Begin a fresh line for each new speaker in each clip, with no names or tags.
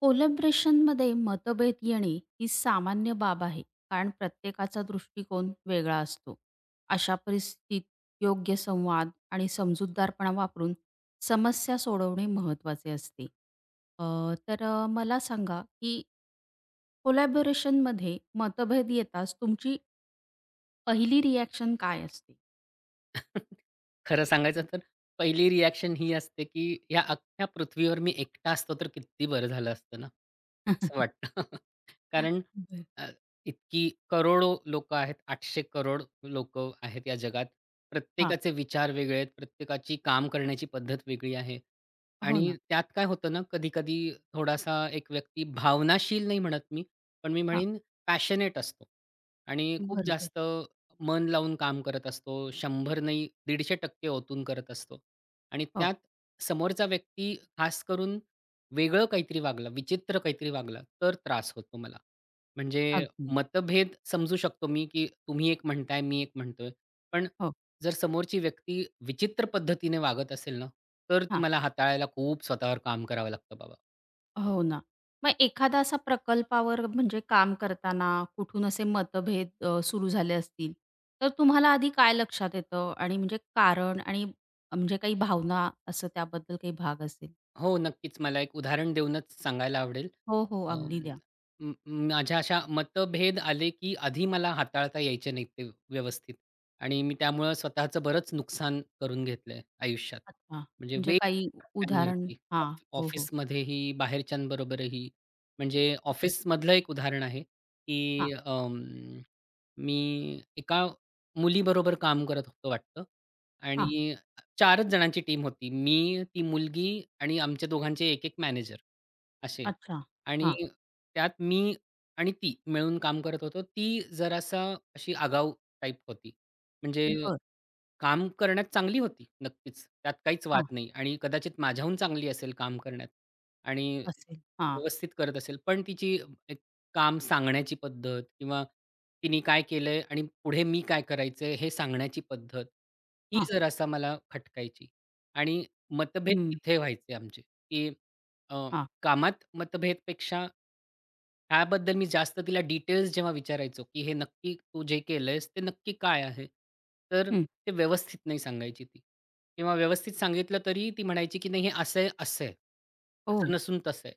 कोलॅब्रेशनमध्ये मतभेद येणे ही सामान्य बाब आहे. कारण प्रत्येकाचा दृष्टिकोन वेगळा असतो. अशा परिस्थितीत योग्य संवाद आणि समजूतदारपणा वापरून समस्या सोडवणे महत्त्वाचे असते. अ, तर मला सांगा की कोलॅबोरेशनमध्ये मतभेद येताच तुमची पहिली रिॲक्शन काय असते?
खरं सांगायचं तर पहिली रिॲक्शन ही असते, की या अख्ख्या पृथ्वीवर मी एकटा असतो तर किती बरं झालं असतं ना, असं वाटतं. कारण
बर.
अ, इतकी करोडो लोकं आहेत. 800 करोड लोकं आहेत या जगात.
हां.
प्रत्येकाचे विचार वेगळे आहेत. प्रत्येकाची काम करण्याची पद्धत वेगळी आहे.
हो
आणि
ना.
त्यात काय होतं ना, कधी-कधी थोडासा एक व्यक्ती भावनाशील नाही म्हणत मी, पण मी
हां.
म्हणेन पॅशनेट असतो आणि खूप
बरोबर.
जास्त मन लावून काम करत असतो. 100 नाही 150% ओतून करत असतो. आणि
हो.
त्यात समोरचा व्यक्ती खास करून वेगळं काहीतरी वागला, विचित्र काहीतरी वागला, तर त्रास होतो मला. म्हणजे
अगदी.
मतभेद समजू शकतो मी, की तुम्ही एक म्हणताय, मी एक म्हणतोय. पण
हो.
जर समोरची व्यक्ती विचित्र पद्धतीने वागत असेल ना, तर ते मला हाताळायला खूप स्वतःवर काम करावं लागतं बाबा.
हो ना. मग एखादा असा प्रकल्पावर म्हणजे काम करताना कुठून असे मतभेद सुरू झाले असतील, तर तुम्हाला आधी काय लक्षात येतं आणि म्हणजे कारण आणि म्हणजे काही भावना असं त्याबद्दल काही भाग असेल?
हो, नक्कीच. मला एक उदाहरण देऊनच सांगायला आवडेल.
हो, हो.
अं,
अगदी द्या.
म म- माझ्या अशा मतभेद आले, की आधी मला हाताळता यायचे नाहीत ते व्यवस्थित आणि मी त्यामुळं स्वतःचं बरंच नुकसान करून घेतलंय आयुष्यात.
अच्छा.
म्हणजे
म्हणजे काही
वेगवेगळ्या
उदाहरण.
टप्प्यांवरती
हां. हो, हो.
ऑफिसमध्येही, बाहेरच्यांबरोबरही. म्हणजे
बरं.
ऑफिसमधलं एक उदाहरण आहे,
हां,
की मी एका मुलीबरोबर काम करत होतो वाटतं आणि
हां.
4च जणांची टीम होती. मी, ती मुलगी आणि आमच्या दोघांचे एक-एक मॅनेजर असे
अच्छा.
आणि
हां.
त्यात मी आणि ती मिळून काम करत होतो. ती जरासा अशी आगाऊ टाइप होती. म्हणजे
बरं.
काम करण्यात चांगली होती नक्कीच. त्यात काहीच
हां.
वाद नाही आणि कदाचित माझ्याहून चांगली असेल काम करण्यात आणि
असेल. हां,
व्यवस्थित करत असेल. पण तिची एक काम सांगण्याची पद्धत किंवा तिने काय केलंय आणि पुढे मी काय करायचंय हे सांगण्याची पद्धत, ही
हां.
जरासा मला खटकायची आणि मतभेद
हं.
तिथे व्हायचे आमचे, की
हां.
कामात मतभेदपेक्षा ह्याबद्दल मी जास्त तिला डिटेल्स जेव्हा विचारायचो, की "हे नक्की तू जे केलंयस ते नक्की काय आहे?" तर
हं.
ते व्यवस्थित नाही सांगायची ती किंवा व्यवस्थित सांगितलं तरी ती म्हणायची, की "नाही हे असं आहे, असं आहे.
हो.
असं नसून तसं आहे."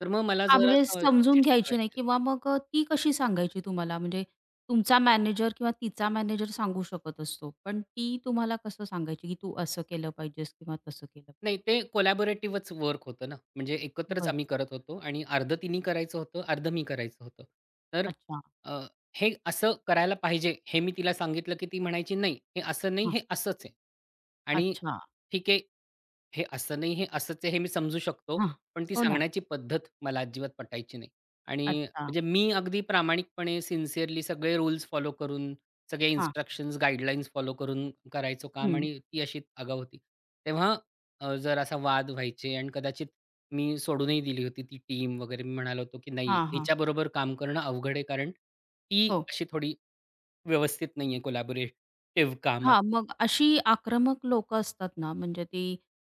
तर मग मला
हां, म्हणजे
जरासं
समजून
चिडचिड
घ्यायची नाही
व्हायची.
किंवा मग ती कशी सांगायची तुम्हाला? म्हणजे तुमचा मॅनेजर किंवा तिचा मॅनेजर सांगू शकत असतो. पण ती तुम्हाला कसं सांगायची, की तू असं केलं पाहिजेस किंवा तसं केलं.
नाही, ते कोलॅबोरेटिव्हच वर्क होतं ना. म्हणजे एकत्रच
बरं.
आम्ही करत होतो आणि अर्धं तिनी करायचं होतं, अर्धं मी करायचं होतं. तर
अच्छा.
अ, हे असं करायला पाहिजे, हे मी तिला सांगितलं, की ती म्हणायची, "नाही, हे असं नाही,
हां.
हे असंच आहे." आणि
अच्छा.
ठीक आहे, हे असं नाही, हे असंच आहे हे मी समजू शकतो.
हां.
पण ती
हो ना.
सांगण्याची पद्धत मला अजिबात पटायची नाही. आणि
अच्छा.
म्हणजे मी अगदी प्रामाणिकपणे सिन्सिअरली सगळे रूल्स फॉलो करून, सगळे
हां.
इन्स्ट्रक्शन्स, गाईडलाईन्स फॉलो करून करायचो काम
हं.
आणि ती अशी आगाऊ होती. तेव्हा जर असा वाद व्हायचे आणि कदाचित मी सोडूनही दिली होती ती टीम वगैरे. मी म्हणालो होतो, की "नाही,
हां, हां.
हिच्याबरोबर काम करणं अवघड आहे कारण ती
हो.
अशी थोडी व्यवस्थित नाही आहे कोलॅबोरेटिव्ह काम
हां, मग अशी आक्रमक लोकं असतात ना, म्हणजे ती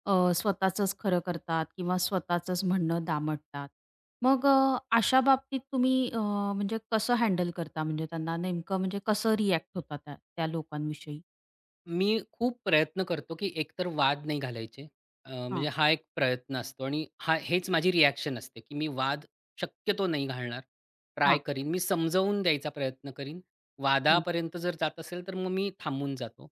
स्वतःचंच खरं करतात किंवा स्वतःचंच म्हणणं दामटतात. मग अशा बाबतीत तुम्ही म्हणजे कसं हँडल करता? म्हणजे त्यांना नेमकं म्हणजे कसं रिएक्ट होता त्या त्या लोकांविषयी?
मी खूप प्रयत्न करतो, की एकतर वाद नाही घालायचे.
हां,
म्हणजे हा एक प्रयत्न असतो आणि हा हेच माझी रिॲक्शन असते, की मी वाद शक्यतो नाही घालणार. ट्राय
हां.
करीन. मी समजावून द्यायचा प्रयत्न करीन.
हं.
वादापर्यंत जर जात असेल, तर मग मी थांबून जातो.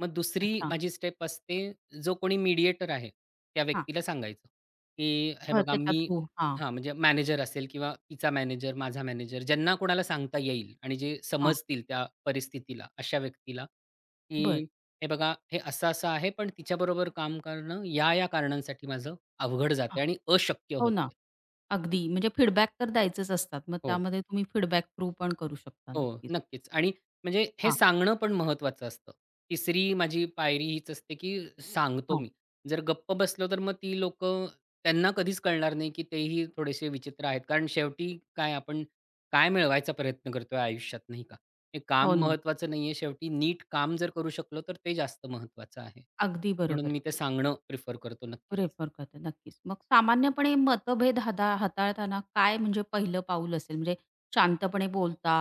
मग दुसरी
अच्छा.
माझी स्टेप असते, जो कोणी मीडिएटर आहे, त्या
हां.
व्यक्तीला सांगायचं, की "हे
बरं
बघा
त्याच्या
मी"
थ्रू. हां,
हां, म्हणजे मॅनेजर असेल किंवा तिचा मॅनेजर, माझा मॅनेजर ज्यांना कोणाला सांगता येईल आणि जे
हां.
समजतील त्या परिस्थितीला, अशा व्यक्तीला,
बरं.
की हे बघा, हे असं-असं आहे, पण तिच्याबरोबर काम करणं या-या कारणांसाठी माझं अवघड
हां.
जाते आणि अशक्य
हो ना.
होते
अगदी म्हणजे फीडबॅक तर द्यायचेच असतात. मग
हो,
त्यामध्ये तुम्ही फीडबॅक थ्रू पण करू शकता
हो,
नक्कीच.
नक्कीच. आणि म्हणजे हे
हां,
सांगणं पण महत्त्वाचं असतं. तिसरी माझी पायरी हीच असते, की सांगतो
हां.
मी. जर गप्प बसलो, तर मग ती लोक त्यांना कधीच कळणार नाही, की तेही थोडेसे विचित्र आहेत. कारण शेवटी काय आपण काय मिळवायचा प्रयत्न करतोय आयुष्यात, नाही का? हे काम
हो ना.
महत्त्वाचं नाहीये. शेवटी नीट काम जर करू शकलो, तर ते जास्त महत्त्वाचं आहे.
अगदी
म्हणून
बरोबर
मी
आहे.
ते सांगणं प्रिफर करतो नक्कीच.
रेफर करतात. नक्कीच. मग सामान्यपणे मतभेद हाताळताना काय म्हणजे पहिलं पाऊल असेल? म्हणजे शांतपणे बोलता,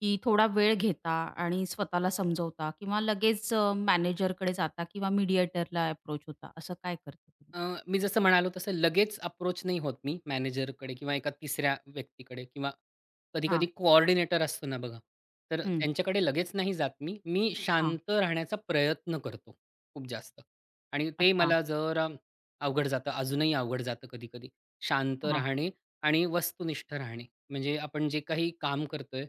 की थोडा वेळ घेता आणि स्वतःला समजवता किंवा लगेच मॅनेजरकडे जाता किंवा मीडिएटरला अप्रोच होता, असं काय करता तुम्ही?
अ, मी जसं म्हणालो तसं लगेच अप्रोच नाही होत मी मॅनेजरकडे किंवा एका तिसऱ्या व्यक्तीकडे किंवा कधी-कधी
हां.
कोऑर्डिनेटर असतो ना बघा, तर
हं.
त्यांच्याकडे लगेच नाही जात मी. मी
हां.
शांत राहण्याचा प्रयत्न करतो खूप जास्त आणि ते
अच्छा.
मला जरा अवघड जातं, अजूनही अवघड जातं कधी-कधी. शांत
हां.
राहणे आणि वस्तुनिष्ठ राहणे. म्हणजे आपण जे काही काम करतोय,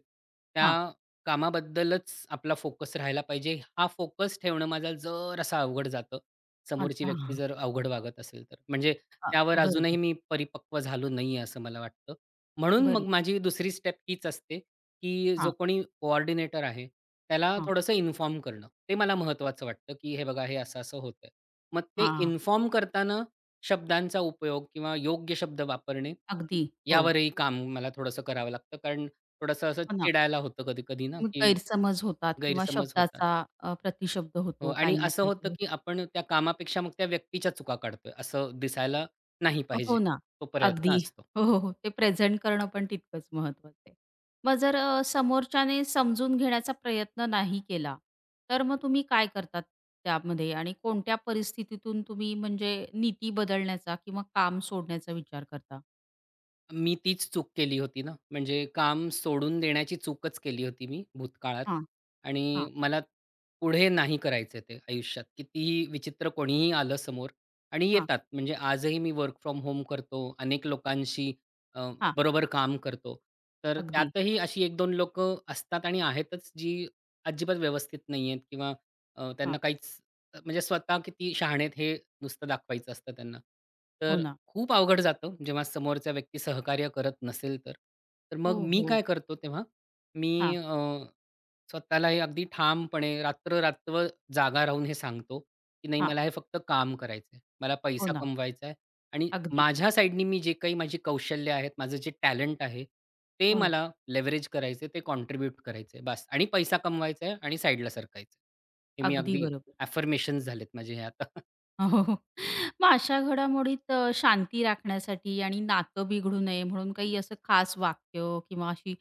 हां.
त्या कामाबद्दलच आपला फोकस राहायला पाहिजे. हा फोकस ठेवणं माझा जरासा अवघड जातं समोरची
अच्छा.
व्यक्ती
हां.
जर अवघड वागत असेल तर. म्हणजे
अ,
त्यावर अजूनही
बरोबर.
मी परिपक्व झालो नाहीये असं मला वाटतं. म्हणून मग
बरोबर.
माझी दुसरी स्टेप हीच असते, की जो
हां.
कोणी कोऑर्डिनेटर आहे, त्याला
हां.
थोडंसं इन्फॉर्म करणं. ते मला महत्त्वाचं वाटतं, की हे बघा हे असं-असं होतंय. मग ते
हां.
इन्फॉर्म करताना शब्दांचा उपयोग किंवा योग्य शब्द वापरणे,
अगदी. हो.
यावरही काम मला थोडंसं करावं लागतं. कारण थोडंसं असं
हो ना.
चिडायला होतं कधी-कधी ना,
मग
की
गैरसमज होतात किंवा
गैरसमज होतात.
शब्दाचा प्रतिशब्द
हो
होतो,
आणि
काही ना
असं
काहीतरी
होतं, की
होतं.
आपण त्या कामापेक्षा मग त्या व्यक्तीच्या चुका काढतोय, असं दिसायला नाही पाहिजे.
हो ना.
तो प्रयत्न
अगदी.
असतो.
हो, हो, हो. ते प्रेझेंट करणं पण तितकंच महत्वाचं आहे. मग जर समोरच्याने समजून घेण्याचा प्रयत्न नाही केला, तर मग तुम्ही काय करतात त्यामध्ये आणि कोणत्या परिस्थितीतून तुम्ही म्हणजे नीती बदलण्याचा किंवा काम सोडण्याचा विचार करता?
मी तीच चूक केली होती ना, म्हणजे काम सोडून देण्याची चूकच केली होती मी भूतकाळात
हां,
आणि
हां,
मला पुढे नाही करायचं ते आयुष्यात. कितीही विचित्र कोणीही आलं समोर आणि
हां,
येतात. म्हणजे आजही मी वर्क फ्रॉम होम करतो. अनेक लोकांशी अ,
हां.
बरोबर काम करतो. तर
अगदी.
त्यातही अशी 1-2 लोकं असतात आणि आहेतच जी अजिबात व्यवस्थित नाही आहेत किंवा त्यांना
हां.
काहीच म्हणजे स्वतः किती शहाणे हे नुसतं दाखवायचं असतं त्यांना.
हो
तर
ना.
खूप अवघड जातं जेव्हा समोरचा व्यक्ती सहकार्य करत नसेल तर. तर
हो,
मग मी
हो.
काय करतो तेव्हा, मी
हां,
स्वतःलाही अगदी ठामपणे रात्र-रात्र जागा राहून हे सांगतो, की नाही
हां.
मला हे फक्त काम करायचंय. मला
हो
पैसा
ना.
कमवायचा आहे आणि
अगदी.
माझ्या साइडनी मी जे काही माझी कौशल्य आहेत, माझं जे टॅलेंट आहे, ते
हो ना.
मला लेव्हरेज करायचंय, ते कॉन्ट्रिब्यूट करायचंय बास आणि पैसा कमवायचा आहे आणि साइडला सरकायचं हे मी
अगदी
अगदी
बरोबर.
अफर्मेशन्स झालेत माझे हे आता.
हो, हो. हो. मग अशा घडामोडीत शांती राखण्यासाठी आणि नातं बिघडू नये म्हणून काही असं खास वाक्य किंवा अशी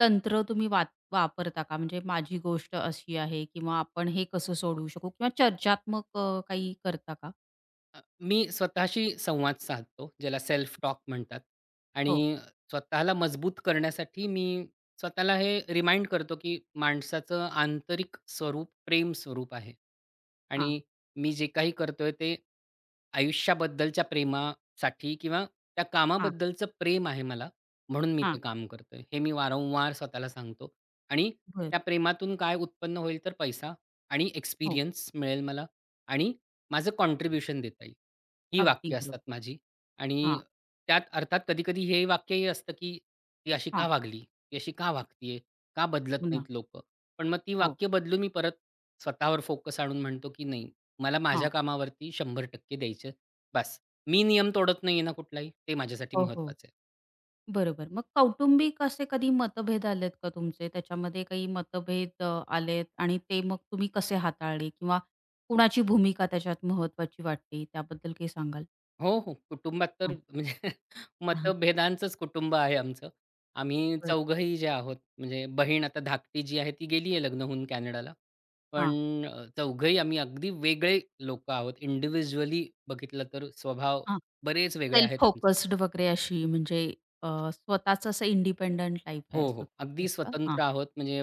तंत्र तुम्ही वापरता का? म्हणजे माझी गोष्ट अशी आहे किंवा आपण हे कसं सोडवू शकू किंवा चर्चात्मक काही करता का?
अ, मी स्वतःशी संवाद साधतो, ज्याला सेल्फ टॉक म्हणतात
हो.
आणि स्वतःला मजबूत करण्यासाठी मी स्वतःला हे रिमाइंड करतो, की माणसाचं आंतरिक स्वरूप प्रेम स्वरूप आहे
हां,
आणि मी जे काही करतोय ते आयुष्याबद्दलच्या प्रेमासाठी किंवा त्या
हां,
कामाबद्दलचं प्रेम आहे मला, म्हणून मी ते
हां.
काम करतोय. हे मी वारंवार स्वतःला सांगतो आणि
बरं.
त्या प्रेमातून काय उत्पन्न होईल तर पैसा आणि
हो.
एक्सपिरियन्स मिळेल मला आणि माझं कॉन्ट्रिब्युशन देता येईल. ही
अगदी
वाक्य असतात
बरोबर.
माझी आणि
हां,
त्यात अर्थात कधी-कधी हे वाक्यही असतं, की "ती अशी का
हां.
वागली? ती अशी का वागतीये? का बदलत
पुन्हा.
नाहीत लोकं?" पण मग ती
हो.
वाक्य बदलून मी परत स्वतःवर फोकस आणून म्हणतो, की "नाही, मला माझ्या
हां.
कामावरती 100% द्यायचे. बस. मी नियम तोडत नाहीये ना कुठलाही, ते माझ्यासाठी
हो, हो.
महत्त्वाचं आहे."
बरोबर. मग कौटुंबिक असे कधी मतभेद आलेत का तुमचे? त्याच्यामध्ये काही मतभेद आलेत आणि ते मग तुम्ही कसे हाताळले किंवा कुणाची भूमिका त्याच्यात महत्त्वाची वाटली? त्याबद्दल काही सांगाल?
हो, हो. कुटुंबात तर
हां.
म्हणजे
हां,
मतभेदांचंच कुटुंब आहे आमचं. आम्ही
बरं.
चौघंही जे आहोत, म्हणजे बहीण आता धाकटी जी आहे ती गेली आहे लग्न होऊन कॅनडाला. पण
हां,
चौघंही आम्ही अगदी वेगळे लोकं आहोत. इंडिव्हिज्युअली बघितलं तर स्वभाव
हां.
बरेच वेगळे
सेल्फ
आहेत आमचे.
फोकस्ड वगैरे अशी म्हणजे अ, स्वतःचं असं इंडिपेंडंट लाईफ आहे
हो,
असं
हो. अगदी
थोडक्यात का? हां,
स्वतंत्र आहोत म्हणजे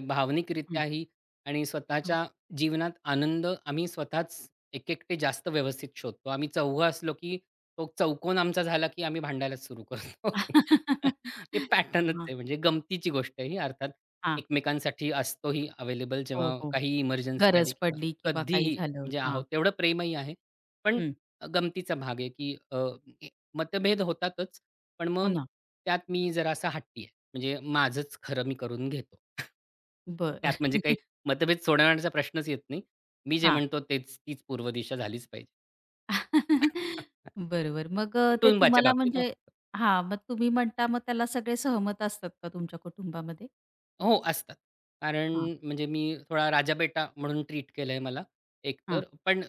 हं,
भावनिकरित्याही आणि
हं.
स्वतःच्या जीवनात आनंद आम्ही स्वतःच एकेकटे जास्त व्यवस्थित शोधतो. आम्ही चौघं असलो, की तो चौकोन आमचा झाला, की आम्ही भांडायलाच सुरू करतो. ते पॅटर्नच
हां,
आहे म्हणजे गमतीची गोष्ट आहे ही अर्थात.
हां.
एकमेकांसाठी असतोही अवेलेबल जेव्हा
हो, हो.
काहीही इमर्जन्सी आली
गरज
किंवा
पडली किंवा काही
कधीही
झालं.
म्हणजे
हां,
आहोत तेवढं प्रेमही आहे. पण
हं.
गमतीचा भाग आहे, की ए- मतभेद होतातच. पण
हो
मग
ना.
त्यात मी जरासा हट्टी आहे. म्हणजे माझंच खरं मी करून घेतो.
बरं.
त्यात म्हणजे काही मतभेद सोडवण्याचा प्रश्नच येत नाही. मी जे
हां.
म्हणतो तेच तीच पूर्व दिशा झालीच पाहिजे.
बरोबर. मग ते
कुटुंबाच्या
तुम्हाला
बाबतीत हां.
म्हणजे. हां, मग तुम्ही म्हणता मग त्याला सगळे सहमत असतात का तुमच्या कुटुंबामध्ये?
हो, असतात. कारण
हां,
म्हणजे मी थोडा राजाबेटा म्हणून ट्रीट केलंय मला
हां.
एकतर. पण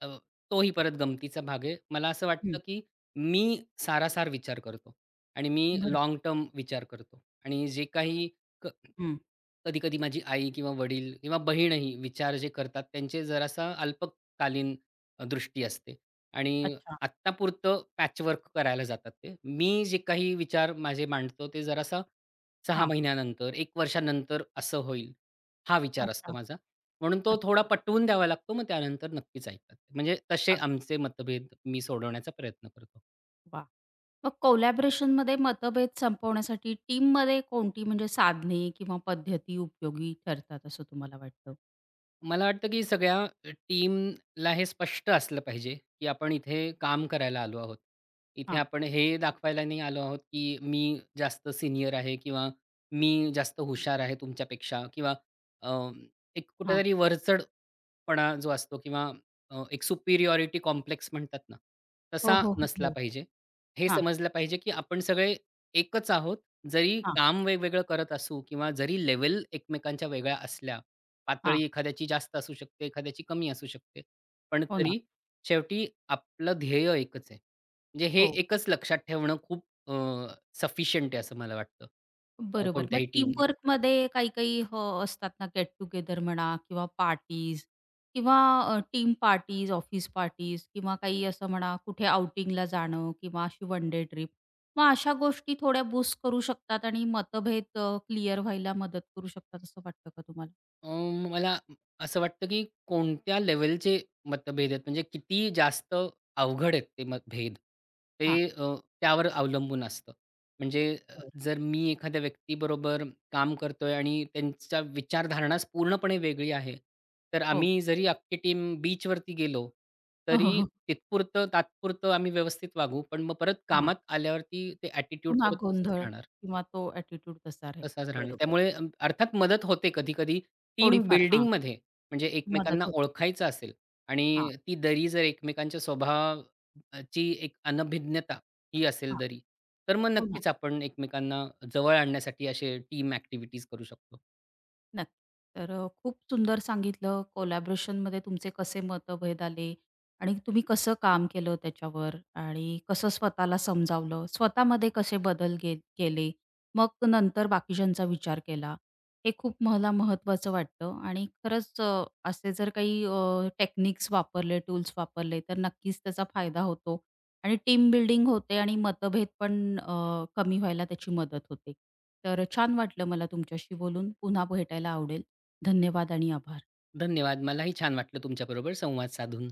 अ, तोही परत गमतीचा भाग आहे. मला असं वाटतं,
हं.
की मी सारासार विचार करतो आणि मी
बरोबर.
लॉंग टर्म विचार करतो आणि जे काही क
हं.
कधी-कधी माझी आई किंवा वडील किंवा बहीणही विचार जे करतात, त्यांचे जरासा अल्पकालीन दृष्टी असते आणि
अच्छा.
आत्तापुरतं पॅचवर्क करायला जातात ते. मी जे काही विचार माझे मांडतो, ते जरासा 6
हां.
महिन्यानंतर, 1 वर्षानंतर असं होईल, हा विचार असतो
अच्छा,
माझा. म्हणून तो थोडा
अच्छा.
पटवून द्यावा लागतो. मग त्यानंतर नक्कीच ऐकतात. म्हणजे तसे
अग
आमचे मतभेद मी सोडवण्याचा प्रयत्न करतो.
वाह! मग कोलॅबोरेशनमध्ये मतभेद संपवण्यासाठी टीममध्ये कोणती म्हणजे साधने किंवा पद्धती उपयोगी ठरतात असं तुम्हाला वाटतं?
मला वाटतं की सगळ्या टीमला हे स्पष्ट असलं पाहिजे, की आपण इथे काम करायला आलो आहोत. इथे
हां,
आपण हे दाखवायला नाही आलो आहोत, की मी जास्त सिनियर आहे किंवा मी जास्त हुशार आहे तुमच्यापेक्षा किंवा अ, एक
हां.
कुठेतरी वरचढपणा जो असतो किंवा एक सुपिरियॉरिटी कॉम्प्लेक्स म्हणतात ना,
हो,
तसा
हो, हो,
नसला
हो.
पाहिजे. हे
हां,
समजलं पाहिजे, की आपण सगळे एकच आहोत. जरी
हां,
काम वेगवेगळं करत असू किंवा जरी लेव्हल एकमेकांच्या वेगळ्या असल्या,
हां.
पातळी एखाद्याची जास्त असू शकते, एखाद्याची कमी असू शकते. पण
हो ना.
तरी शेवटी आपलं ध्येय एकच आहे. म्हणजे हे
हो.
एकच लक्षात ठेवणं खूप सफिशियंट आहे असं मला वाटतं.
बरोबर. मग
कोणत्याही टीमने.
टीमवर्कमध्ये काही-काही असतात ना गेट टुगेदर म्हणा किंवा पार्टीज किंवा टीम पार्टीज, ऑफिस पार्टीज किंवा काही असं म्हणा कुठे आउटिंगला जाणं किंवा अशी वन डे ट्रिप. मग अशा गोष्टी थोड्या बूस्ट करू शकतात आणि मतभेद क्लिअर व्हायला मदत करू शकतात असं वाटतं का तुम्हाला?
मला असं वाटतं, की कोणत्या लेव्हलचे मतभेद आहेत, म्हणजे किती जास्त अवघड आहेत ते मतभेद. ते
हां.
त्यावर अवलंबून असतं. म्हणजे अ,
बरं.
जर मी एखाद्या व्यक्तीबरोबर काम करतोय आणि त्यांच्या विचारधारणाच पूर्णपणे वेगळी आहे. तर
हो.
आम्ही जरी अख्खी टीम बीचवरती गेलो,
हो, हो,
तरी
हो.
तिथपुरतं तात्पुरतं आम्ही व्यवस्थित वागू. पण मग परत
हां.
कामात आल्यावरती ते ॲटिट्यूड
पुन्हा
परत तसंच
गोंधळ
राहणार.
किंवा तो ॲटिट्यूड तसा राहील.
तसाच राहणार.
बरोबर.
त्यामुळे अर्थात मदत होते कधी-कधी टीम
थोडीफार हां,
बिल्डिंगमध्ये म्हणजे
मदत
एकमेकांना
होते.
ओळखायचं असेल
हां,
आणि ती दरी जर एकमेकांच्या स्वभावाची एक अनभिज्ञता ही असेल
हां.
दरी, तर मग
हो ना.
नक्कीच आपण एकमेकांना जवळ आणण्यासाठी असे टीम ॲक्टिव्हिटीज करू शकतो.
नक्की. तर खूप सुंदर सांगितलं कोलॅबोरेशनमध्ये तुमचे कसे मतभेद आले आणि तुम्ही कसं काम केलं त्याच्यावर आणि कसं स्वतःला समजावलं, स्वतःमध्ये कसे बदल केले, मग नंतर बाकीच्यांचा विचार केला. हे खूप मला महत्त्वाचं वाटतं आणि खरंच असे जर काही टेक्निक्स वापरले, टूल्स वापरले तर नक्कीच त्याचा फायदा होतो आणि टीम बिल्डिंग होते आणि मतभेद पण अ, कमी व्हायला त्याची मदत होते. तर छान वाटलं मला तुमच्याशी बोलून. पुन्हा भेटायला आवडेल. धन्यवाद आणि आभार.
धन्यवाद. मलाही छान वाटलं तुमच्याबरोबर संवाद साधून.